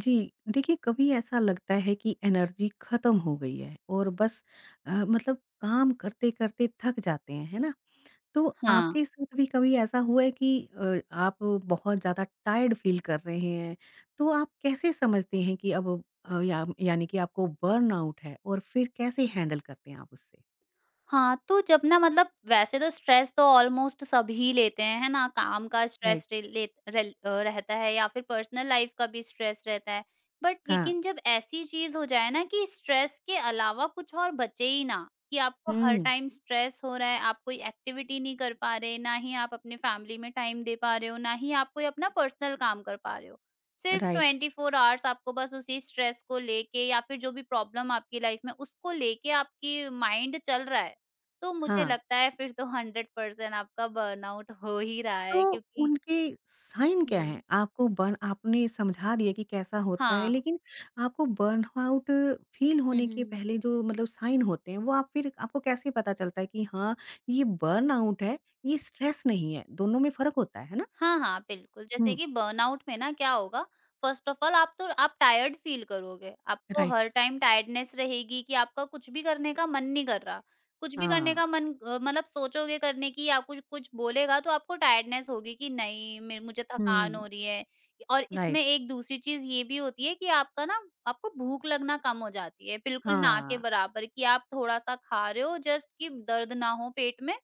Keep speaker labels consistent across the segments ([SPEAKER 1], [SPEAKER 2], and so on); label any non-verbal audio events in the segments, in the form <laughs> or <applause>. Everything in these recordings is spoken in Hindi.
[SPEAKER 1] जी, देखिए कभी ऐसा लगता है कि एनर्जी खत्म हो गई है और बस मतलब काम करते-करते थक जाते हैं, है ना? तो
[SPEAKER 2] हाँ,
[SPEAKER 1] आपके साथ भी कभी ऐसा हुआ है कि आप बहुत ज़्यादा टायर्ड फ़ील कर रहे हैं, तो आप कैसे समझते हैं कि अब या यानी कि आपको बर्नआउट है और फिर कैसे हैंडल करते हैं आप उससे?
[SPEAKER 2] हाँ, तो जब ना मतलब वैसे तो स्ट्रेस तो ऑलमोस्ट सभी लेते हैं, है ना? काम का
[SPEAKER 1] राइट।
[SPEAKER 2] स्ट्रेस रे लेत रेल अ, रहता है या फिर पर्सनल लाइफ़ का भी स्ट्रेस रहता है। बट
[SPEAKER 1] हाँ।
[SPEAKER 2] लेकिन जब ऐसी चीज़ हो जाए ना कि स्ट्रेस के अलावा कुछ और बचे ही ना, कि आपको हर
[SPEAKER 1] हुँ,
[SPEAKER 2] टाइम स्ट्रेस हो रहा है, आप कोई एक्टिविटी नहीं कर पा रहे, ना ही आप अपने फैमिली में टाइम दे पा रहे हो, ना ही आप कोई अपना पर्सनल काम कर पा रहे हो। सिर्फ़
[SPEAKER 1] राइट।
[SPEAKER 2] 24 आवर्स आपको बस उसी स्ट्रेस को लेके या फिर जो भी प्रॉब्लम आपकी लाइफ़ में उसको लेके आपकी माइंड चल रहा है। तो मुझे
[SPEAKER 1] हाँ।
[SPEAKER 2] लगता है फिर तो 100% आपका बर्नआउट हो ही रहा है
[SPEAKER 1] तो
[SPEAKER 2] क्योंकि
[SPEAKER 1] उनके साइन क्या हैं?
[SPEAKER 2] हुँ।
[SPEAKER 1] आपको बर्न आपने समझा दिया कि कैसा होता है,
[SPEAKER 2] हाँ।
[SPEAKER 1] लेकिन आपको बर्नआउट फ़ील
[SPEAKER 2] हुँ,
[SPEAKER 1] होने के
[SPEAKER 2] हुँ।
[SPEAKER 1] पहले जो मतलब साइन होते हैं, वो आप फिर आपको कैसे पता चलता है कि हाँ, ये बर्नआउट है, ये स्ट्रेस नहीं है? दोनों में फ़र्क होता है ना?
[SPEAKER 2] हाँ, हाँ, बिल्कुल, जैसे
[SPEAKER 1] हुँ।
[SPEAKER 2] कि बर्नआउट में ना क्या होगा, फर्स्ट ऑफ ऑल आप टायर्ड फ़ील करोगे, आपको हर
[SPEAKER 1] राइट।
[SPEAKER 2] टाइम टायर्डनेस रहेगी कि आपका कुछ भी करने का मन नहीं कर रहा। कुछ भी करने
[SPEAKER 1] हाँ।
[SPEAKER 2] का मन मतलब सोचोगे करने की या कुछ कुछ बोलेगा तो आपको टायर्डनेस होगी कि नहीं मे मुझे थकान
[SPEAKER 1] हुँ,
[SPEAKER 2] हो रही है। और
[SPEAKER 1] राइट।
[SPEAKER 2] इसमें एक दूसरी चीज़ ये भी होती है कि आपका ना आपको भूख लगना कम हो जाती है, बिल्कुल ना के
[SPEAKER 1] हाँ।
[SPEAKER 2] बराबर कि आप थोड़ा-सा खा रहे हो जस्ट कि दर्द ना हो पेट में,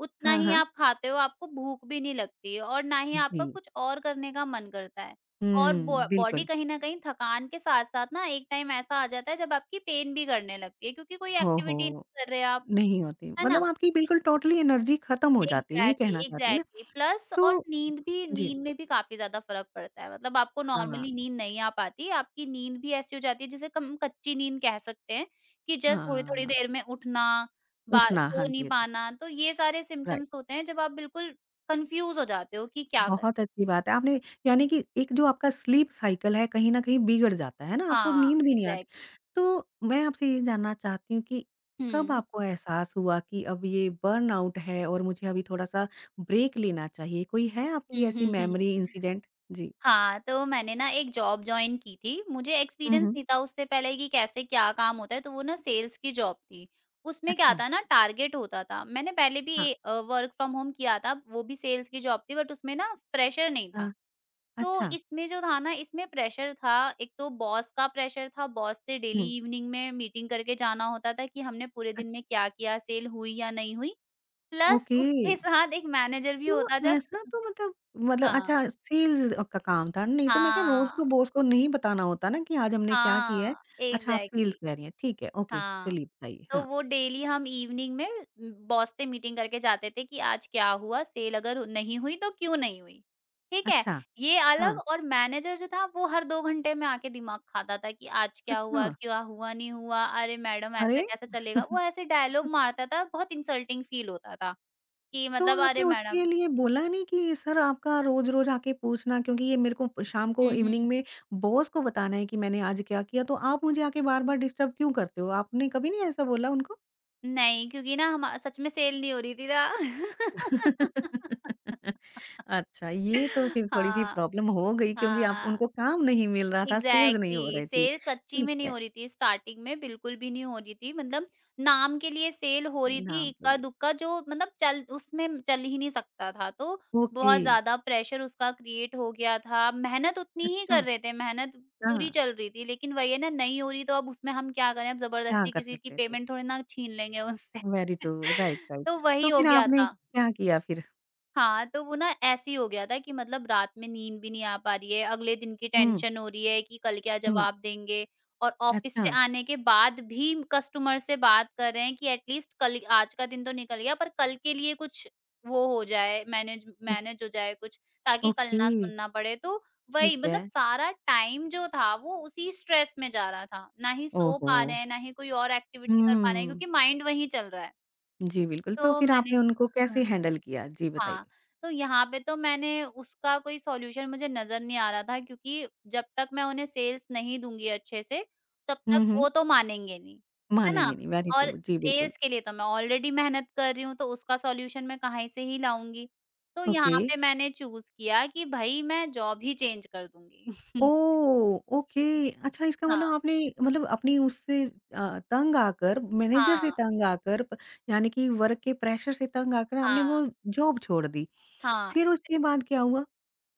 [SPEAKER 2] उतना
[SPEAKER 1] हाँ,
[SPEAKER 2] ही
[SPEAKER 1] हाँ।
[SPEAKER 2] आप खाते हो, आपको भूख भी नहीं लगती है और ना ही आपका
[SPEAKER 1] जी।
[SPEAKER 2] कुछ और करने का मन करता है। और बॉ
[SPEAKER 1] हुँ,
[SPEAKER 2] बॉडी
[SPEAKER 1] बिल्कुल।
[SPEAKER 2] कहीं न कहीं थकान के साथ-साथ ना एक टाइम ऐसा आ जाता है जब आपकी पेन भी करने लगती है क्योंकि कोई एक्टिविटी
[SPEAKER 1] ओहो!
[SPEAKER 2] नहीं कर रहे आप,
[SPEAKER 1] नहीं होती।
[SPEAKER 2] है ना?
[SPEAKER 1] मतलब आपकी बिल्कुल टोटली एनर्जी खत्म हो जाती है, ये
[SPEAKER 2] एग्ज़ैक्टली,
[SPEAKER 1] कहना चाहती हैं ना?
[SPEAKER 2] एग्ज़ैक्टली प्लस और
[SPEAKER 1] तो जी।
[SPEAKER 2] नींद में भी काफ़ी ज़्यादा फ़र्क पड़ता है, मतलब आपको
[SPEAKER 1] हाँ।
[SPEAKER 2] नॉर्मली नींद नहीं आ पाती, आपकी नींद भी ऐसी हो जाती है जिसे कम कच्ची नींद कह सकते हैं, कि जस्ट थोड़ी-थोड़ी
[SPEAKER 1] हाँ,
[SPEAKER 2] देर में उठना, बा
[SPEAKER 1] उठना, हाँ
[SPEAKER 2] सो
[SPEAKER 1] जी,
[SPEAKER 2] नहीं
[SPEAKER 1] हाँ जी।
[SPEAKER 2] पाना, तो ये सारे
[SPEAKER 1] राइट,
[SPEAKER 2] सिम्पटम्स होते हैं जब आप बिल्कुल कन्फ्यूज़ हो जाते हो कि क्या करें?
[SPEAKER 1] बहुत अच्छी बात है। आपने यानी कि एक जो आपका स्लीप साइकिल है, कहीं न कहीं बिगड़ जाता है ना, आपको
[SPEAKER 2] हाँ,
[SPEAKER 1] नींद भी नहीं आती।
[SPEAKER 2] एग्ज़ैक्टली।
[SPEAKER 1] तो मैं आपसे ये जानना चाहती हूँ कि कब
[SPEAKER 2] हुँ।
[SPEAKER 1] आपको एहसास हुआ कि अब ये बर्नआउट है और मुझे अभी थोड़ा-सा ब्रेक लेना चाहिए? कोई है आपकी ऐसी मेमोरी, इंसिडेंट? जी।
[SPEAKER 2] हाँ, तो मैंने ना एक जॉब जॉइन की थी। मुझे
[SPEAKER 1] हुँ,
[SPEAKER 2] एक्सपीरियंस
[SPEAKER 1] हुँ।
[SPEAKER 2] नहीं था उससे पहले कि कैसे क्या काम होता है, तो वो ना सेल्स की जॉब थी। उसमें क्या
[SPEAKER 1] अच्छा,
[SPEAKER 2] था ना टारगेट होता था। मैंने पहले
[SPEAKER 1] हाँ,
[SPEAKER 2] भी वर्क फ्रॉम होम किया था, वो भी सेल्स की जॉब थी बट उसमें ना प्रेशर नहीं
[SPEAKER 1] हाँ।
[SPEAKER 2] था। तो
[SPEAKER 1] अच्छा,
[SPEAKER 2] इसमें जो था ना इसमें प्रेशर था, एक तो बॉस का प्रेशर था, बॉस से
[SPEAKER 1] हुँ,
[SPEAKER 2] डेली इवनिंग में मीटिंग करके जाना होता था कि हमने पूरे
[SPEAKER 1] अ,
[SPEAKER 2] दिन में क्या किया, सेल हुई या नहीं हुई। Plus
[SPEAKER 1] okay.
[SPEAKER 2] उसके साथ एक मैनेजर भी होता
[SPEAKER 1] तो
[SPEAKER 2] जा
[SPEAKER 1] ऐसा
[SPEAKER 2] स
[SPEAKER 1] तो मतलब मतलब अच्छा
[SPEAKER 2] हाँ।
[SPEAKER 1] सेल्स का काम था, नहीं तो मैं क्या रोज़ को
[SPEAKER 2] हाँ।
[SPEAKER 1] बॉस को नहीं बताना होता ना कि आज हमने क्या किया है।
[SPEAKER 2] हाँ,
[SPEAKER 1] अच्छा आप सेल्स
[SPEAKER 2] एग्ज़ैक्टली।
[SPEAKER 1] कह रही हैं, ठीक है, ओके
[SPEAKER 2] हाँ,
[SPEAKER 1] चलिए बताइए।
[SPEAKER 2] तो
[SPEAKER 1] हाँ,
[SPEAKER 2] वो डेली हम इवनिंग में बॉस से मीटिंग करके जाते थे कि आज क्या हुआ, सेल अगर नहीं हुई तो क्यों नहीं हुई, ठीक है?
[SPEAKER 1] अच्छा,
[SPEAKER 2] ये अलग
[SPEAKER 1] हाँ,
[SPEAKER 2] और मैनेजर जो था वो हर 2 घंटे में आके दिमाग खाता था कि आज
[SPEAKER 1] अच्छा,
[SPEAKER 2] क्या हुआ, नहीं हुआ, अरे मैडम
[SPEAKER 1] अरे!
[SPEAKER 2] ऐसा कैसे चलेगा? वो
[SPEAKER 1] <laughs>
[SPEAKER 2] ऐसे डायलॉग मारता था, बहुत इंसल्टिंग फ़ील होता था कि
[SPEAKER 1] तो
[SPEAKER 2] मतलब अरे
[SPEAKER 1] आपने उसके
[SPEAKER 2] मैडम।
[SPEAKER 1] लिए बोला नहीं कि सर आपका रोज़-रोज़ आके पूछना क्योंकि ये मेरे को शाम को
[SPEAKER 2] हुँ,
[SPEAKER 1] इवनिंग
[SPEAKER 2] हुँ।
[SPEAKER 1] में बॉस को बताना है कि मैंने आज क्या किया, तो आप मुझे आके बार-बार डिस्टर्ब क्यों करते हो? आपने कभी नहीं ऐसा बोला उनको?
[SPEAKER 2] नहीं, क्योंकि ना हम सच में सेल नहीं हो रही थी ना।
[SPEAKER 1] <laughs> अच्छा, ये तो
[SPEAKER 2] <laughs>
[SPEAKER 1] फिर थोड़ी-सी
[SPEAKER 2] हाँ,
[SPEAKER 1] प्रॉब्लम हो गई क्योंकि आप
[SPEAKER 2] हाँ।
[SPEAKER 1] उनको काम नहीं मिल रहा था, सेल्स नहीं हो
[SPEAKER 2] एग्जैक्टली
[SPEAKER 1] रही थी।
[SPEAKER 2] सेल सच्ची
[SPEAKER 1] ठीक
[SPEAKER 2] में नहीं
[SPEAKER 1] है,
[SPEAKER 2] हो रही थी, स्टार्टिंग में बिल्कुल भी नहीं हो रही थी, मतलब नाम के लिए सेल हो रही थी,
[SPEAKER 1] नाम के
[SPEAKER 2] इक्का
[SPEAKER 1] लिए।
[SPEAKER 2] दुक्का, जो मतलब चल ही नहीं सकता था, तो
[SPEAKER 1] ओके,
[SPEAKER 2] बहुत ज्यादा प्रेशर उसका क्रिएट हो गया था, मेहनत उतनी ही
[SPEAKER 1] अच्छा,
[SPEAKER 2] कर रहे थे, मेहनत पूरी
[SPEAKER 1] हाँ,
[SPEAKER 2] चल रही थी लेकिन वही है ना नहीं हो रही तो अब उसमें हम क्या करें, अब
[SPEAKER 1] क्या
[SPEAKER 2] जबरदस्ती
[SPEAKER 1] कर
[SPEAKER 2] किसी की
[SPEAKER 1] सकते थे?
[SPEAKER 2] पेमेंट थोड़ी ना छीन लेंगे उससे।
[SPEAKER 1] Very true, right,
[SPEAKER 2] <laughs>
[SPEAKER 1] right.
[SPEAKER 2] तो वही
[SPEAKER 1] तो
[SPEAKER 2] हो
[SPEAKER 1] फिर
[SPEAKER 2] गया
[SPEAKER 1] आपने
[SPEAKER 2] था।
[SPEAKER 1] क्या किया फिर?
[SPEAKER 2] हाँ, तो वो ना ऐसे ही हो गया था कि मतलब रात में नींद भी नहीं आ पा रही है, अगले दिन की
[SPEAKER 1] हुँ,
[SPEAKER 2] टेंशन हो रही है कि कल क्या
[SPEAKER 1] हुँ,
[SPEAKER 2] जवाब देंगे और ऑफिस
[SPEAKER 1] अच्छा,
[SPEAKER 2] से आने के बाद भी कस्टमर से बात कर रहे हैं कि एटलीस्ट कल, आज का दिन तो निकल गया पर कल के लिए कुछ वो हो जाए, मैनेज
[SPEAKER 1] ओ
[SPEAKER 2] मैनेज हो जाए कुछ, ताकि कल
[SPEAKER 1] ओके,
[SPEAKER 2] ना सुनना पड़े। तो
[SPEAKER 1] ठीक
[SPEAKER 2] वही
[SPEAKER 1] है।
[SPEAKER 2] मतलब सारा टाइम जो था वो उसी स्ट्रेस में जा रहा था, ना ही सो
[SPEAKER 1] ओहो!
[SPEAKER 2] पा रहे हैं, ना ही कोई और एक्टिविटी कर पा रहे हैं
[SPEAKER 1] हुँ,
[SPEAKER 2] क्योंकि माइंड वहीं चल रहा है।
[SPEAKER 1] जी, बिल्कुल। तो
[SPEAKER 2] तो
[SPEAKER 1] फिर आपने
[SPEAKER 2] मैंने
[SPEAKER 1] उनको कैसे हैंडल किया? जी, बताइए।
[SPEAKER 2] हाँ, तो यहाँ पे तो मैंने उसका कोई सॉल्यूशन मुझे नज़र नहीं आ रहा था क्योंकि जब तक मैं उन्हें सेल्स नहीं दूँगी अच्छे से, तब तक
[SPEAKER 1] हुँ, हुँ,
[SPEAKER 2] वो तो मानेंगे नहीं, है ना?
[SPEAKER 1] मानेंगे नहीं, वेरी
[SPEAKER 2] और
[SPEAKER 1] ट्रू। जी, बिल्कुल।
[SPEAKER 2] सेल्स के लिए तो मैं ऑलरेडी मेहनत कर रही हूँ, तो उसका सॉल्यूशन मैं कहीं से ही लाऊँगी? तो
[SPEAKER 1] ओके।
[SPEAKER 2] यहाँ पे मैंने चूज़ किया कि भई मैं जॉब ही चेंज कर दूँगी।
[SPEAKER 1] ओह! ओके।
[SPEAKER 2] <laughs>
[SPEAKER 1] अच्छा इसका मतलब
[SPEAKER 2] हाँ,
[SPEAKER 1] आपने मतलब अपनी उससे तंग आकर मैनेजर से
[SPEAKER 2] हाँ,
[SPEAKER 1] तंग आकर प यानी कि वर्क के प्रेशर से तंग आकर
[SPEAKER 2] हाँ,
[SPEAKER 1] आपने वो जॉब छोड़ दी।
[SPEAKER 2] हाँ।
[SPEAKER 1] फिर उसके बाद क्या हुआ?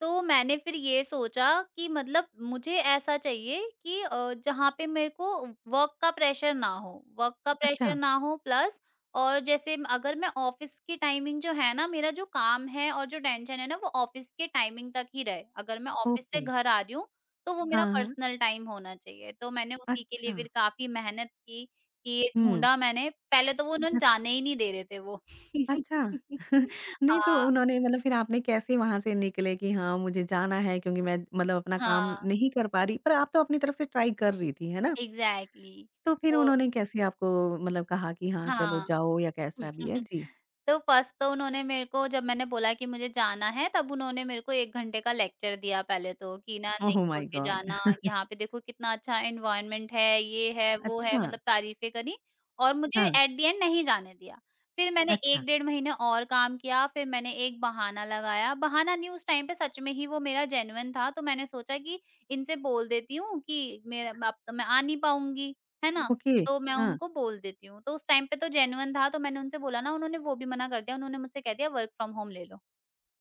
[SPEAKER 2] तो मैंने फिर ये सोचा कि मतलब मुझे ऐसा चाहिए कि जहाँ पे मेरे को वर्क का प्रेशर ना हो,
[SPEAKER 1] अच्छा,
[SPEAKER 2] प्लस और जैसे अगर मैं ऑफिस की टाइमिंग जो है ना, मेरा जो काम है और जो टेंशन है ना, वो ऑफिस के टाइमिंग तक ही रहे, अगर मैं ऑफिस से
[SPEAKER 1] ओके।
[SPEAKER 2] घर आ रही हूँ तो वो मेरा
[SPEAKER 1] हाँ, हाँ।
[SPEAKER 2] पर्सनल टाइम होना चाहिए, तो मैंने उसी के लिए
[SPEAKER 1] अच्छा।
[SPEAKER 2] फिर काफी मेहनत की कि ये
[SPEAKER 1] हुँ।
[SPEAKER 2] ढूंढा मैंने, पहले तो वो उन्होंने
[SPEAKER 1] अ,
[SPEAKER 2] जाने ही नहीं दे रहे थे वो।
[SPEAKER 1] अच्छा।
[SPEAKER 2] <laughs>
[SPEAKER 1] <laughs> नहीं तो
[SPEAKER 2] हाँ,
[SPEAKER 1] उन्होंने मतलब फिर आपने कैसे वहाँ से निकले कि हाँ, मुझे जाना है क्योंकि मैं मतलब अपना काम
[SPEAKER 2] हाँ,
[SPEAKER 1] नहीं कर पा रही पर आप तो अपनी तरफ से ट्राई कर रही थी, है ना?
[SPEAKER 2] एग्ज़ैक्टली।
[SPEAKER 1] तो फिर
[SPEAKER 2] तो
[SPEAKER 1] उन्होंने कैसे आपको मतलब कहा कि हाँ, चलो
[SPEAKER 2] हाँ,
[SPEAKER 1] जाओ या कैसा भी है? जी।
[SPEAKER 2] <laughs> तो फर्स्ट तो उन्होंने मेरे को, जब मैंने बोला कि मुझे जाना है, तब उन्होंने मेरे को 1 घंटे का लेक्चर दिया पहले तो कि ना नहीं
[SPEAKER 1] ओह
[SPEAKER 2] छोड़
[SPEAKER 1] माय
[SPEAKER 2] के
[SPEAKER 1] गॉड!
[SPEAKER 2] जाना,
[SPEAKER 1] <laughs>
[SPEAKER 2] यहाँ पे देखो कितना अच्छा एनवायरनमेंट है, ये है, वो है,
[SPEAKER 1] अच्छा,
[SPEAKER 2] मतलब तारीफ़ें करी और मुझे
[SPEAKER 1] हाँ,
[SPEAKER 2] एट द एंड नहीं जाने दिया। फिर मैंने
[SPEAKER 1] अच्छा,
[SPEAKER 2] 1 डेढ़ महीने और काम किया, फिर मैंने एक बहाना लगाया, बहाना नहीं उस टाइम पे सच में ही वो मेरा जेन्युइन था, तो मैंने सोचा कि इनसे बोल देती हूँ कि मेरा अब तो मैं आ नहीं पाऊँगी, है ना?
[SPEAKER 1] ओके,
[SPEAKER 2] तो मैं
[SPEAKER 1] हाँ,
[SPEAKER 2] उनको बोल देती हूँ, तो उस टाइम पे तो जेन्युइन था तो मैंने उनसे बोला ना, उन्होंने वो भी मना कर दिया, उन्होंने मुझसे कह दिया वर्क फ्रॉम होम ले लो।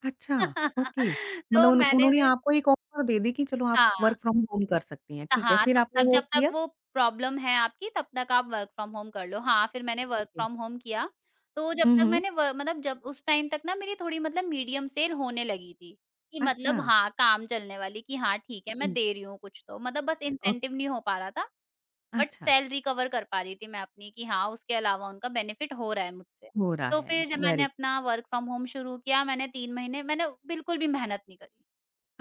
[SPEAKER 1] अच्छा,
[SPEAKER 2] <laughs>
[SPEAKER 1] ओके। मतलब
[SPEAKER 2] तो
[SPEAKER 1] उन
[SPEAKER 2] मैंने
[SPEAKER 1] उन्होंने
[SPEAKER 2] फिर
[SPEAKER 1] आपको एक ऑफ़र दे दी कि चलो आप
[SPEAKER 2] हाँ,
[SPEAKER 1] वर्क फ्रॉम होम कर सकती हैं,
[SPEAKER 2] तो
[SPEAKER 1] ठीक है,
[SPEAKER 2] हाँ,
[SPEAKER 1] फिर
[SPEAKER 2] तब
[SPEAKER 1] आपने
[SPEAKER 2] तक
[SPEAKER 1] वो
[SPEAKER 2] जब
[SPEAKER 1] किया?
[SPEAKER 2] तक वो प्रॉब्लम है आपकी तब तक आप वर्क फ्रॉम होम कर लो। हाँ, फिर मैंने वर्क
[SPEAKER 1] ओके,
[SPEAKER 2] फ्रॉम होम किया, तो जब
[SPEAKER 1] हुँ,
[SPEAKER 2] तक
[SPEAKER 1] हुँ,
[SPEAKER 2] मैंने व मतलब जब उस टाइम तक ना मेरी थोड़ी मतलब मीडियम सेल होने लगी थी, कि
[SPEAKER 1] अच्छा,
[SPEAKER 2] मतलब हाँ, काम चलने वाली, कि हाँ, ठीक है मैं
[SPEAKER 1] हुँ,
[SPEAKER 2] दे रही हूँ कुछ तो, मतलब बस
[SPEAKER 1] ओ
[SPEAKER 2] इंसेंटिव नहीं हो पा रहा था। बट
[SPEAKER 1] अच्छा,
[SPEAKER 2] सैलरी कवर कर पा रही थी मैं अपनी कि हाँ, उसके अलावा उनका बेनिफिट हो रहा है मुझसे।
[SPEAKER 1] हो रहा
[SPEAKER 2] तो
[SPEAKER 1] है,
[SPEAKER 2] फिर जब मैंने
[SPEAKER 1] वेरी
[SPEAKER 2] अपना वर्क फ्रॉम होम शुरू किया, मैंने 3 महीने मैंने बिल्कुल भी मेहनत नहीं करी।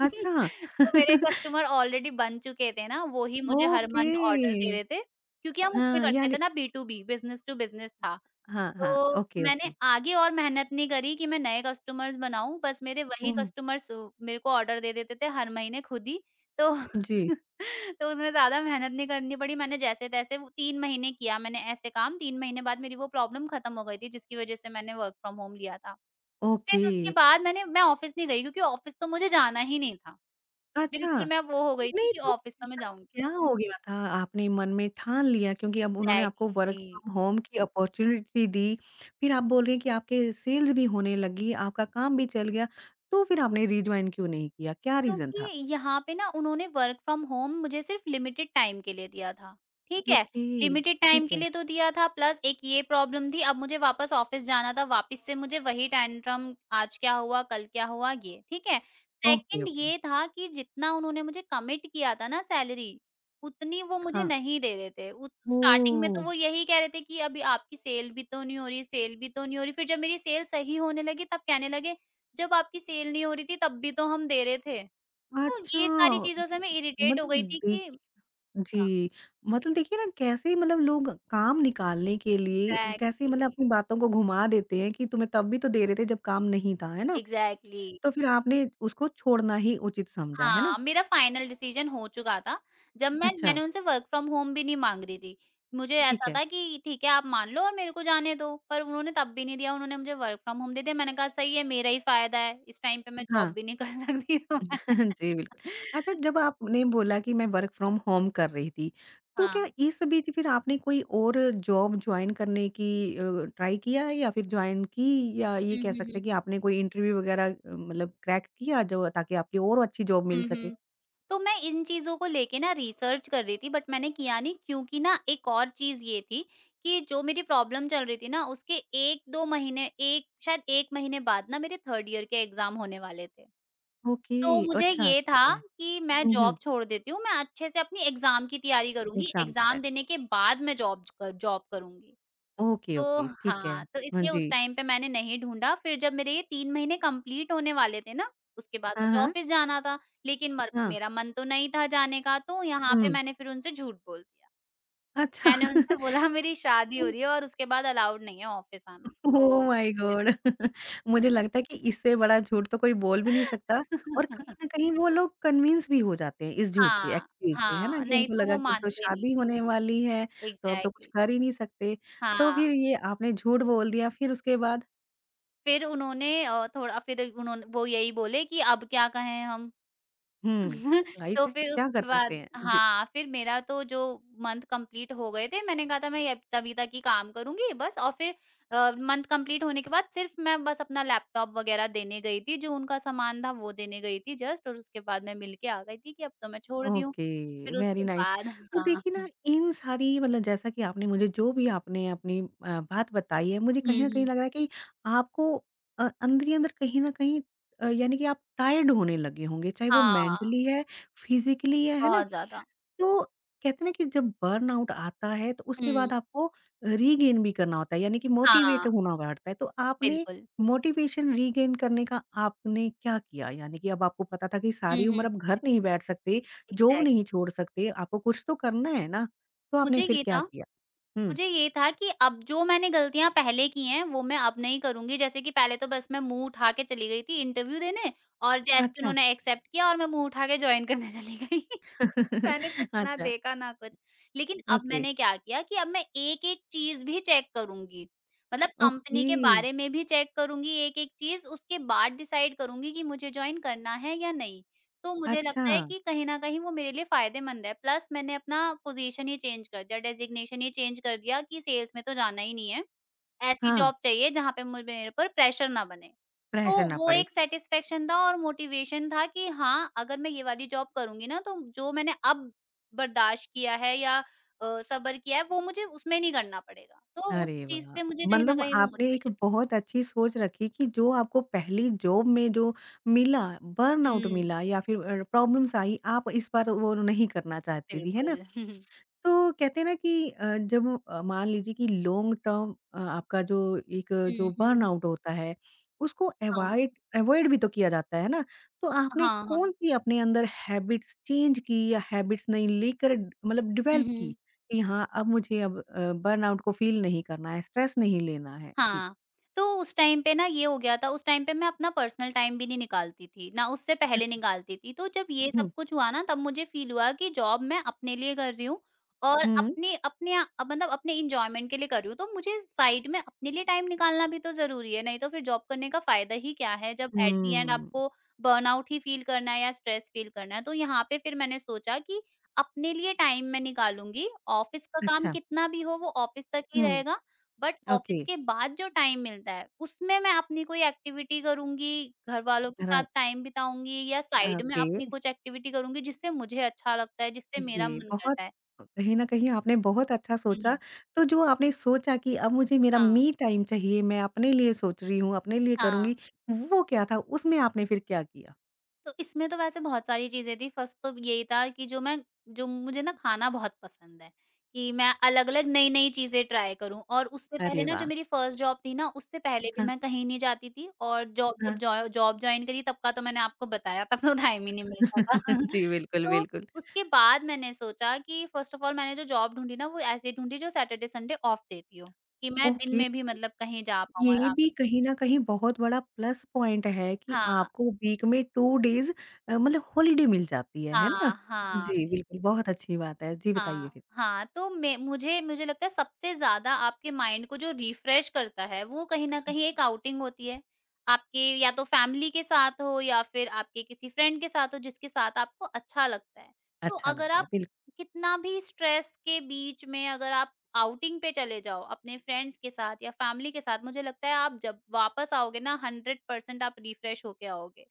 [SPEAKER 1] अच्छा,
[SPEAKER 2] जो मेरे
[SPEAKER 1] <laughs>
[SPEAKER 2] कस्टमर ऑलरेडी बन चुके थे ना, वो ही मुझे हर <laughs>
[SPEAKER 1] ओके,
[SPEAKER 2] मंथ ऑर्डर दे रहे थे, क्योंकि हम उसमें
[SPEAKER 1] हाँ,
[SPEAKER 2] करते थे
[SPEAKER 1] यानी
[SPEAKER 2] ना B to B, business to business था।
[SPEAKER 1] हाँ, हाँ,
[SPEAKER 2] तो
[SPEAKER 1] ओके,
[SPEAKER 2] मैंने
[SPEAKER 1] ओके,
[SPEAKER 2] आगे और मेहनत नहीं करी कि मैं नए कस्टमर्स बनाऊँ, बस मेरे वही
[SPEAKER 1] हुँ,
[SPEAKER 2] कस्टमर्स मेरे को ऑर्डर दे देते थे हर महीने खुद ही। तो
[SPEAKER 1] जी,
[SPEAKER 2] <laughs> तो उसमें ज़्यादा मेहनत नहीं करनी पड़ी, मैंने जैसे-तैसे वो 3 महीने किया मैंने ऐसे काम, 3 महीने बाद मेरी वो प्रॉब्लम खत्म हो गई थी, जिसकी वजह से मैंने वर्क फ्रॉम होम लिया था।
[SPEAKER 1] ओके,
[SPEAKER 2] फिर उसके बाद मैं ऑफ़िस नहीं गई क्योंकि ऑफ़िस तो मुझे जाना ही नहीं था।
[SPEAKER 1] अच्छा।
[SPEAKER 2] बिल्कुल मैं वो हो गई थी
[SPEAKER 1] नहीं
[SPEAKER 2] कि
[SPEAKER 1] तो
[SPEAKER 2] ऑफ़िस तो मैं
[SPEAKER 1] ऐसा
[SPEAKER 2] जाऊँगी।
[SPEAKER 1] क्या हो गया था आपने मन में ठान लिया क्योंकि अब उन्होंने आपको वर्क
[SPEAKER 2] एग्ज़ैक्टली।
[SPEAKER 1] फ्रॉम होम की अपॉर्च्युनिटी दी, फिर आप बोल रहे हैं कि आपके सेल्स भी होने लगी, आपका काम भी चल गया, तो फिर आपने रिजॉइन क्यों नहीं किया? क्या रीज़न
[SPEAKER 2] क्योंकि
[SPEAKER 1] था?
[SPEAKER 2] यहाँ पे ना उन्होंने वर्क फ्रॉम होम मुझे सिर्फ लिमिटेड टाइम के लिए दिया था, ठीक है?
[SPEAKER 1] ओके,
[SPEAKER 2] लिमिटेड टाइम
[SPEAKER 1] ठीक
[SPEAKER 2] के
[SPEAKER 1] है।
[SPEAKER 2] लिए तो दिया था प्लस एक ये प्रॉब्लम थी, अब मुझे वापस ऑफ़िस जाना था, वापस से मुझे वही टैंट्रम आज क्या हुआ, कल क्या हुआ ये, ठीक है?
[SPEAKER 1] Okay,
[SPEAKER 2] second
[SPEAKER 1] okay.
[SPEAKER 2] ये था कि जितना उन्होंने मुझे कमिट किया था ना सैलरी, उतनी वो मुझे
[SPEAKER 1] हाँ।
[SPEAKER 2] नहीं दे रहे थे। उत स्टार्टिंग में
[SPEAKER 1] ओह!
[SPEAKER 2] तो वो यही कह रहे थे कि अभी आपकी सेल भी तो नहीं हो रही, सेल भी तो नहीं हो रही, फिर जब मेरी सेल सही होने लगी तब कहने लगे, "जब आपकी सेल नहीं हो रही थी तब भी तो हम दे रहे थे।" तो
[SPEAKER 1] अच्छा
[SPEAKER 2] ये सारी चीज़ों से मैं इरिटेट हो गई
[SPEAKER 1] मतलब
[SPEAKER 2] थी कि
[SPEAKER 1] देखिए
[SPEAKER 2] हाँ।
[SPEAKER 1] जी, मतलब देखिए ना कैसे मतलब लोग काम निकालने के लिए कैसे
[SPEAKER 2] एग्ज़ैक्टली,
[SPEAKER 1] मतलब अपनी बातों को घुमा देते हैं कि तुम्हें तब भी तो दे रहे थे जब काम नहीं था, है ना?
[SPEAKER 2] एग्ज़ैक्टली।
[SPEAKER 1] तो फिर आपने उसको छोड़ना ही उचित समझा, है ना?
[SPEAKER 2] हाँ, मेरा फाइनल डिसीज़न हो चुका था। जब
[SPEAKER 1] अच्छा,
[SPEAKER 2] मैंने उनसे वर्क फ्रॉम होम भी नहीं माँग रही थी। मुझे
[SPEAKER 1] ठीक
[SPEAKER 2] ऐसा
[SPEAKER 1] है।
[SPEAKER 2] था कि ठीक है आप मान लो और मेरे को जाने दो, पर उन्होंने तब भी नहीं दिया, उन्होंने मुझे वर्क फ्रॉम होम दे दिया। मैंने कहा सही है मेरा ही फ़ायदा है, इस टाइम पे मैं
[SPEAKER 1] हाँ,
[SPEAKER 2] जॉब भी नहीं कर सकती <laughs> तो मैं
[SPEAKER 1] <laughs> जी, बिल्कुल। अच्छा जब आपने बोला कि मैं वर्क फ्रॉम होम कर रही थी, तो
[SPEAKER 2] हाँ।
[SPEAKER 1] क्या इस बीच फिर आपने कोई और जॉब जॉइन करने की अ, ट्राई किया या फिर जॉइन की या ये
[SPEAKER 2] हुँ,
[SPEAKER 1] कह
[SPEAKER 2] हुँ,
[SPEAKER 1] सकते
[SPEAKER 2] हुँ।
[SPEAKER 1] हैं कि आपने कोई इंटरव्यू वगैरह मतलब क्रैक किया जो ताकि आपकी और अच्छी जॉब मिल
[SPEAKER 2] हुँ,
[SPEAKER 1] सके?
[SPEAKER 2] हुँ। तो मैं इन चीज़ों को लेके ना रिसर्च कर रही थी बट मैंने किया नहीं क्योंकि ना एक और चीज़ ये थी कि जो मेरी प्रॉब्लम चल रही थी ना उसके 1-2 महीने 1 शायद 1 महीने बाद ना मेरे थर्ड ईयर के एग्ज़ाम होने वाले थे।
[SPEAKER 1] ओके,
[SPEAKER 2] तो मुझे
[SPEAKER 1] अच्छा,
[SPEAKER 2] ये
[SPEAKER 1] ठीक
[SPEAKER 2] था
[SPEAKER 1] है।
[SPEAKER 2] कि मैं
[SPEAKER 1] हुँ, हुँ।
[SPEAKER 2] जॉब छोड़ देती हूँ, मैं अच्छे से अपनी एग्ज़ाम की तैयारी करूँगी,
[SPEAKER 1] एग्ज़ाम की
[SPEAKER 2] एग्ज़ाम
[SPEAKER 1] तैयारी
[SPEAKER 2] देने के बाद मैं जॉब ज क जॉब करूँगी।
[SPEAKER 1] ओके,
[SPEAKER 2] तो
[SPEAKER 1] ओके, ठीक है।
[SPEAKER 2] हाँ, तो
[SPEAKER 1] हाँ
[SPEAKER 2] इसलिए
[SPEAKER 1] जी।
[SPEAKER 2] उस टाइम पे मैंने नहीं ढूँढा, फिर जब मेरे ये 3 महीने कंप्लीट होने वाले थे ना, उसके बाद
[SPEAKER 1] हाँ,
[SPEAKER 2] मुझे
[SPEAKER 1] हाँ।
[SPEAKER 2] ऑफ़िस जाना था, लेकिन मर
[SPEAKER 1] हाँ।
[SPEAKER 2] मेरा मन तो नहीं था जाने का, तो यहाँ पे
[SPEAKER 1] हुँ,
[SPEAKER 2] मैंने फिर उनसे झूठ बोल दिया।
[SPEAKER 1] अच्छा।
[SPEAKER 2] मैंने उनसे बोला मेरी
[SPEAKER 1] <laughs>
[SPEAKER 2] शादी हो
[SPEAKER 1] <laughs>
[SPEAKER 2] रही है और उसके बाद अलाउड नहीं है ऑफ़िस आना,
[SPEAKER 1] ओह
[SPEAKER 2] तो
[SPEAKER 1] माय गॉड! <laughs> मुझे लगता है कि इससे बड़ा झूठ तो कोई बोल भी नहीं सकता और कहीं
[SPEAKER 2] <laughs>
[SPEAKER 1] न कहीं वो लोग कन्विंस भी हो जाते हैं इस झूठ से,
[SPEAKER 2] हाँ,
[SPEAKER 1] एक्सक्यूज़ से, है ना?
[SPEAKER 2] हाँ,
[SPEAKER 1] कि
[SPEAKER 2] नहीं
[SPEAKER 1] उनको
[SPEAKER 2] तो
[SPEAKER 1] लगा
[SPEAKER 2] वो
[SPEAKER 1] कि अब तो
[SPEAKER 2] मानते नहीं।
[SPEAKER 1] शादी होने वाली है, तो अब तो कुछ
[SPEAKER 2] एग्ज़ैक्टली
[SPEAKER 1] कर ही नहीं सकते। तो
[SPEAKER 2] हाँ,
[SPEAKER 1] फिर ये आपने झूठ बोल दिया, फिर उसके बाद
[SPEAKER 2] फिर उन्होंने थोड़ा फिर उन्होंने वो यही बोले कि अब क्या कहें हम?
[SPEAKER 1] हुँ,
[SPEAKER 2] <laughs> तो
[SPEAKER 1] राइट है,
[SPEAKER 2] फिर
[SPEAKER 1] क्या कर
[SPEAKER 2] उसके
[SPEAKER 1] सकते
[SPEAKER 2] बाद
[SPEAKER 1] हैं? जी।
[SPEAKER 2] हाँ, फिर मेरा तो जो मंथ कंप्लीट हो गए थे, मैंने कहा था मैं अब तभी तक ही काम करूँगी बस और फिर मंथ कंप्लीट होने के बाद सिर्फ़ मैं बस अपना लैपटॉप वग़ैरह देने गई थी, जो उनका सामान था वो देने गई थी जस्ट और उसके बाद मैं मिलके आ गई थी कि अब तो मैं छोड़ दी हूँ।
[SPEAKER 1] ओके,
[SPEAKER 2] फिर
[SPEAKER 1] वेरी
[SPEAKER 2] उसके
[SPEAKER 1] नाइस।
[SPEAKER 2] बाद <laughs>
[SPEAKER 1] तो
[SPEAKER 2] हाँ,
[SPEAKER 1] देखिए ना
[SPEAKER 2] हुँ।
[SPEAKER 1] इन सारी मतलब जैसा कि आपने मुझे जो भी आपने अपनी बात बताई है, मुझे
[SPEAKER 2] हुँ,
[SPEAKER 1] कहीं न कहीं
[SPEAKER 2] हुँ।
[SPEAKER 1] लग रहा है कि आपको अंदर ही अंदर कहीं न कहीं यानी कि आप टायर्ड होने लगे होंगे, चाहे वो
[SPEAKER 2] हाँ,
[SPEAKER 1] मेंटली है, फिज़िकली है ना?
[SPEAKER 2] बहुत ज़्यादा।
[SPEAKER 1] तो कहते हैं ना कि जब बर्नआउट आता है तो उसके
[SPEAKER 2] हुँ,
[SPEAKER 1] बाद आपको रीगेन भी करना होता है, यानी कि मोटिवेट
[SPEAKER 2] हाँ,
[SPEAKER 1] होना पड़ता है। तो आपने
[SPEAKER 2] बिल्कुल।
[SPEAKER 1] मोटिवेशन रीगेन करने का आपने क्या किया? यानी कि अब आपको पता था कि
[SPEAKER 2] हुँ,
[SPEAKER 1] सारी उम्र
[SPEAKER 2] हुँ।
[SPEAKER 1] आप घर नहीं बैठ सकते, जॉब नहीं
[SPEAKER 2] एग्ज़ैक्टली
[SPEAKER 1] छोड़ सकते, आपको कुछ तो करना है ना, तो आपने
[SPEAKER 2] मुझे
[SPEAKER 1] फिर
[SPEAKER 2] ये
[SPEAKER 1] क्या
[SPEAKER 2] था
[SPEAKER 1] किया? हुँ,
[SPEAKER 2] मुझे ये था कि अब जो मैंने गलतियाँ पहले की हैं, वो मैं अब नहीं करूँगी। जैसे कि पहले तो बस मैं मुँह उठा के चली गई थी इंटरव्यू देने और जैसे ही
[SPEAKER 1] अच्छा।
[SPEAKER 2] उन्होंने एक्सेप्ट किया और मैं मुँह उठा के जॉइन करने चली गई। मैंने
[SPEAKER 1] <laughs>
[SPEAKER 2] कुछ ना
[SPEAKER 1] अच्छा,
[SPEAKER 2] देखा ना कुछ। लेकिन अब
[SPEAKER 1] ओके,
[SPEAKER 2] मैंने क्या किया कि अब मैं एक-एक चीज़ भी चेक करूँगी। मतलब कंपनी
[SPEAKER 1] ओके,
[SPEAKER 2] के बारे में भी चेक करूँगी एक-एक चीज़, उसके बाद डिसाइड करूँगी कि मुझे जॉइन करना है या नहीं। तो मुझे
[SPEAKER 1] अच्छा,
[SPEAKER 2] लगता है कि कहीं न कहीं वो मेरे लिए फ़ायदेमंद है। प्लस मैंने अपना पोज़ीशन ही चेंज कर दिया, डेज़िग्नेशन ही चेंज कर दिया कि सेल्स में तो जाना ही नहीं है। ऐसी
[SPEAKER 1] हाँ,
[SPEAKER 2] जॉब चाहिए जहाँ पे मुझे मेरे पर प्रेशर ना बने। तो
[SPEAKER 1] प्रेशर ना
[SPEAKER 2] वो
[SPEAKER 1] पड़े।
[SPEAKER 2] एक सैटिस्फैक्शन था और मोटिवेशन था कि हाँ, अगर मैं ये वाली जॉब करूँगी ना तो जो मैंने अब बर्दाश्त किया है या सब्र किया है वो मुझे उसमें नहीं करना पड़ेगा। तो उस
[SPEAKER 1] अरे
[SPEAKER 2] चीज़
[SPEAKER 1] वाह!
[SPEAKER 2] से मुझे कहीं न
[SPEAKER 1] मतलब
[SPEAKER 2] कहीं वो
[SPEAKER 1] आपने एक
[SPEAKER 2] मोटिवेशन
[SPEAKER 1] बहुत अच्छी सोच रखी कि जो आपको पहली जॉब में जो मिला, बर्नआउट
[SPEAKER 2] हुँ,
[SPEAKER 1] मिला या फिर प्रॉब्लम्स आई, आप इस बार वो नहीं करना चाहती थी, है ना?
[SPEAKER 2] बिल्कुल। <laughs>
[SPEAKER 1] तो कहते हैं ना कि जब मान लीजिए कि लॉन्ग टर्म आपका जो एक जो
[SPEAKER 2] हुँ, हुँ।
[SPEAKER 1] बर्नआउट होता है, उसको
[SPEAKER 2] हाँ,
[SPEAKER 1] अवॉइड अवॉइड भी तो किया जाता है ना? तो आपने
[SPEAKER 2] हाँ, हाँ।
[SPEAKER 1] कौन-सी अपने अंदर हैबिट्स चेंज की या हैबिट्स नहीं लेकर मतलब
[SPEAKER 2] हुँ,
[SPEAKER 1] डेवलप की,
[SPEAKER 2] हुँ।
[SPEAKER 1] कि हाँ, अब मुझे अब बर्नआउट को फ़ील नहीं करना है, स्ट्रेस नहीं लेना है? जी।
[SPEAKER 2] हाँ, तो उस टाइम पे ना ये हो गया था, उस टाइम पे मैं अपना पर्सनल टाइम भी नहीं निकालती थी, ना उससे पहले
[SPEAKER 1] अच्छा।
[SPEAKER 2] निकालती थी। तो जब ये सब
[SPEAKER 1] हुँ,
[SPEAKER 2] कुछ हुआ ना, तब मुझे फ़ील हुआ कि जॉब मैं अपने लिए कर रही हूँ और
[SPEAKER 1] हुँ,
[SPEAKER 2] अपने अपने मतलब अपने एन्जॉयमेंट के लिए कर रही हूँ, तो मुझे साइड में अपने लिए टाइम निकालना भी तो ज़रूरी है, नहीं तो फिर जॉब करने का फ़ायदा ही क्या है, जब एट द एंड
[SPEAKER 1] हुँ,
[SPEAKER 2] आपको बर्नआउट ही फ़ील करना है या स्ट्रेस फ़ील करना है। तो यहाँ पे फिर मैंने सोचा कि अपने लिए टाइम मैं निकालूँगी, ऑफ़िस का काम
[SPEAKER 1] अच्छा,
[SPEAKER 2] कितना भी हो, वो ऑफ़िस तक ही
[SPEAKER 1] हुँ,
[SPEAKER 2] रहेगा बट
[SPEAKER 1] ओके,
[SPEAKER 2] ऑफिस के बाद जो टाइम मिलता है, उसमें मैं अपनी कोई एक्टिविटी करूँगी, घरवालों के साथ
[SPEAKER 1] र
[SPEAKER 2] टाइम बिताऊँगी या साइड में
[SPEAKER 1] ओके।
[SPEAKER 2] अपनी कुछ एक्टिविटी करूँगी जिससे मुझे अच्छा लगता है, जिससे मेरा
[SPEAKER 1] जी,
[SPEAKER 2] मन
[SPEAKER 1] बहुत
[SPEAKER 2] करता है।
[SPEAKER 1] कहीं न कहीं आपने बहुत अच्छा सोचा।
[SPEAKER 2] हुँ।
[SPEAKER 1] तो जो आपने सोचा कि अब मुझे मेरा मी
[SPEAKER 2] हाँ,
[SPEAKER 1] टाइम चाहिए, मैं अपने लिए सोच रही हूँ, अपने लिए करूँगी,
[SPEAKER 2] हाँ।
[SPEAKER 1] वो क्या था? उसमें आपने फिर क्या किया?
[SPEAKER 2] तो इसमें तो वैसे बहुत सारी चीज़ें थी, फर्स्ट तो यही था कि जो मुझे ना खाना बहुत पसंद है, कि मैं अलग-अलग नई-नई चीज़ें ट्राई करूँ और उससे
[SPEAKER 1] अरे
[SPEAKER 2] पहले ना जो
[SPEAKER 1] वाह!
[SPEAKER 2] मेरी फर्स्ट जॉब थी ना, उससे पहले भी
[SPEAKER 1] हाँ,
[SPEAKER 2] मैं कहीं नहीं जाती थी और जॉब
[SPEAKER 1] हाँ।
[SPEAKER 2] जब जॉय जॉब जॉइन करी तब का तो मैंने आपको बताया तब तो टाइम ही नहीं मिलता था।
[SPEAKER 1] <laughs> जी,
[SPEAKER 2] <laughs>
[SPEAKER 1] बिल्कुल,
[SPEAKER 2] तो
[SPEAKER 1] बिल्कुल।
[SPEAKER 2] उसके बाद मैंने सोचा कि फर्स्ट ऑफ ऑल मैंने जो जॉब ढूँढी ना, वो ऐसी ढूँढी जो सैटरडे संडे ऑफ देती हो, कि मैं दिन
[SPEAKER 1] ओके,
[SPEAKER 2] में भी मतलब कहीं जा पाऊँ
[SPEAKER 1] ये
[SPEAKER 2] आराम
[SPEAKER 1] भी कहीं न कहीं बहुत बड़ा प्लस पॉइंट है कि
[SPEAKER 2] हाँ,
[SPEAKER 1] आपको वीक में 2 डेज़ मतलब हॉलिडे मिल जाती है ना?
[SPEAKER 2] हाँ, हाँ,
[SPEAKER 1] जी, बिल्कुल,
[SPEAKER 2] बिल्कुल।
[SPEAKER 1] बहुत अच्छी बात है। जी, बताइए
[SPEAKER 2] हाँ,
[SPEAKER 1] फिर?
[SPEAKER 2] हाँ, तो मैं मुझे मुझे लगता है सबसे ज़्यादा आपके माइंड को जो रिफ्रेश करता है, वो कहीं न कहीं एक आउटिंग होती है। आपके या तो फैमिली के साथ हो या फिर आपके किसी फ्रेंड के साथ हो जिसके साथ आपको अच्छा लगता है। तो
[SPEAKER 1] अच्छा
[SPEAKER 2] अगर
[SPEAKER 1] लगता है,
[SPEAKER 2] आप
[SPEAKER 1] बिल्क
[SPEAKER 2] कितना भी स्ट्रेस के बीच में अगर आप आउटिंग पे चले जाओ अपने फ्रेंड्स के साथ या फैमिली के साथ, मुझे लगता है आप जब वापस आओगे ना 100% आप रिफ्रेश होके आओगे।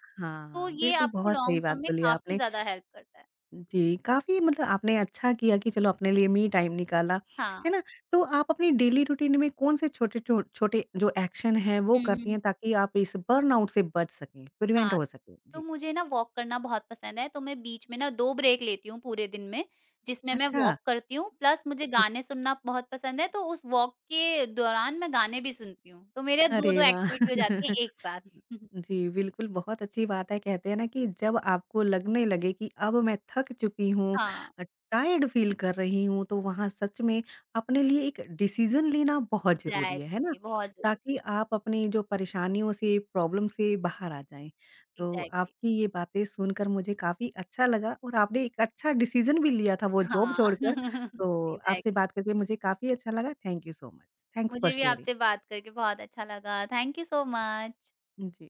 [SPEAKER 2] तो
[SPEAKER 1] हाँ,
[SPEAKER 2] ये
[SPEAKER 1] बिल्कुल,
[SPEAKER 2] आपको
[SPEAKER 1] बहुत सही
[SPEAKER 2] लॉन्ग
[SPEAKER 1] बात
[SPEAKER 2] टर्म में
[SPEAKER 1] बोली
[SPEAKER 2] काफ़ी
[SPEAKER 1] आपने।
[SPEAKER 2] ज़्यादा हेल्प करता है।
[SPEAKER 1] जी, काफ़ी मतलब आपने अच्छा किया कि चलो अपने लिए मी टाइम निकाला,
[SPEAKER 2] हाँ।
[SPEAKER 1] है ना? तो आप अपनी डेली रूटीन में कौन से छोटे छो छोटे जो एक्शन हैं वो
[SPEAKER 2] हुँ,
[SPEAKER 1] करती हैं
[SPEAKER 2] हुँ।
[SPEAKER 1] ताकि आप इस बर्नआउट से बच सकें, प्रिवेंट
[SPEAKER 2] हाँ।
[SPEAKER 1] हो सकें?
[SPEAKER 2] तो
[SPEAKER 1] जी,
[SPEAKER 2] मुझे ना वॉक करना बहुत पसंद है, तो मैं बीच में ना 2 ब्रेक लेती हूँ पूरे दिन में, जिसमें मैं
[SPEAKER 1] अच्छा,
[SPEAKER 2] वॉक करती हूँ प्लस मुझे
[SPEAKER 1] ओके,
[SPEAKER 2] गाने सुनना बहुत पसंद है, तो उस वॉक के दौरान मैं गाने भी सुनती हूँ। तो मेरे
[SPEAKER 1] अरे
[SPEAKER 2] 2-2
[SPEAKER 1] वाह!
[SPEAKER 2] एक्टिविटी हो जाती है
[SPEAKER 1] <laughs>
[SPEAKER 2] एक साथ। <laughs>
[SPEAKER 1] जी, बिल्कुल, बहुत अच्छी बात है। कहते हैं ना कि जब आपको लगने लगे कि अब मैं थक चुकी हूँ
[SPEAKER 2] हाँ,
[SPEAKER 1] अ, टायर्ड फ़ील कर रही हूँ, तो वहाँ सच में अपने लिए एक डिसीज़न लेना बहुत ज़रूरी है ना?
[SPEAKER 2] एग्ज़ैक्टली बहुत ज़रूरी
[SPEAKER 1] ताकि
[SPEAKER 2] है।
[SPEAKER 1] आप अपनी जो परेशानियों से, प्रॉब्लम से बाहर आ जाएँ। तो
[SPEAKER 2] एग्ज़ैक्टली
[SPEAKER 1] आपकी ये बातें सुनकर मुझे काफ़ी अच्छा लगा और आपने एक अच्छा डिसीज़न भी लिया था वो जॉब
[SPEAKER 2] हाँ,
[SPEAKER 1] छोड़कर।
[SPEAKER 2] <laughs>
[SPEAKER 1] तो आपसे
[SPEAKER 2] एग्ज़ैक्टली
[SPEAKER 1] बात करके मुझे काफ़ी अच्छा लगा। Thank you so much. Thanks for
[SPEAKER 2] मुझे भी
[SPEAKER 1] शेयरिंग।
[SPEAKER 2] आपसे बात करके बहुत अच्छा लगा। Thank you so much.
[SPEAKER 1] जी, थैंक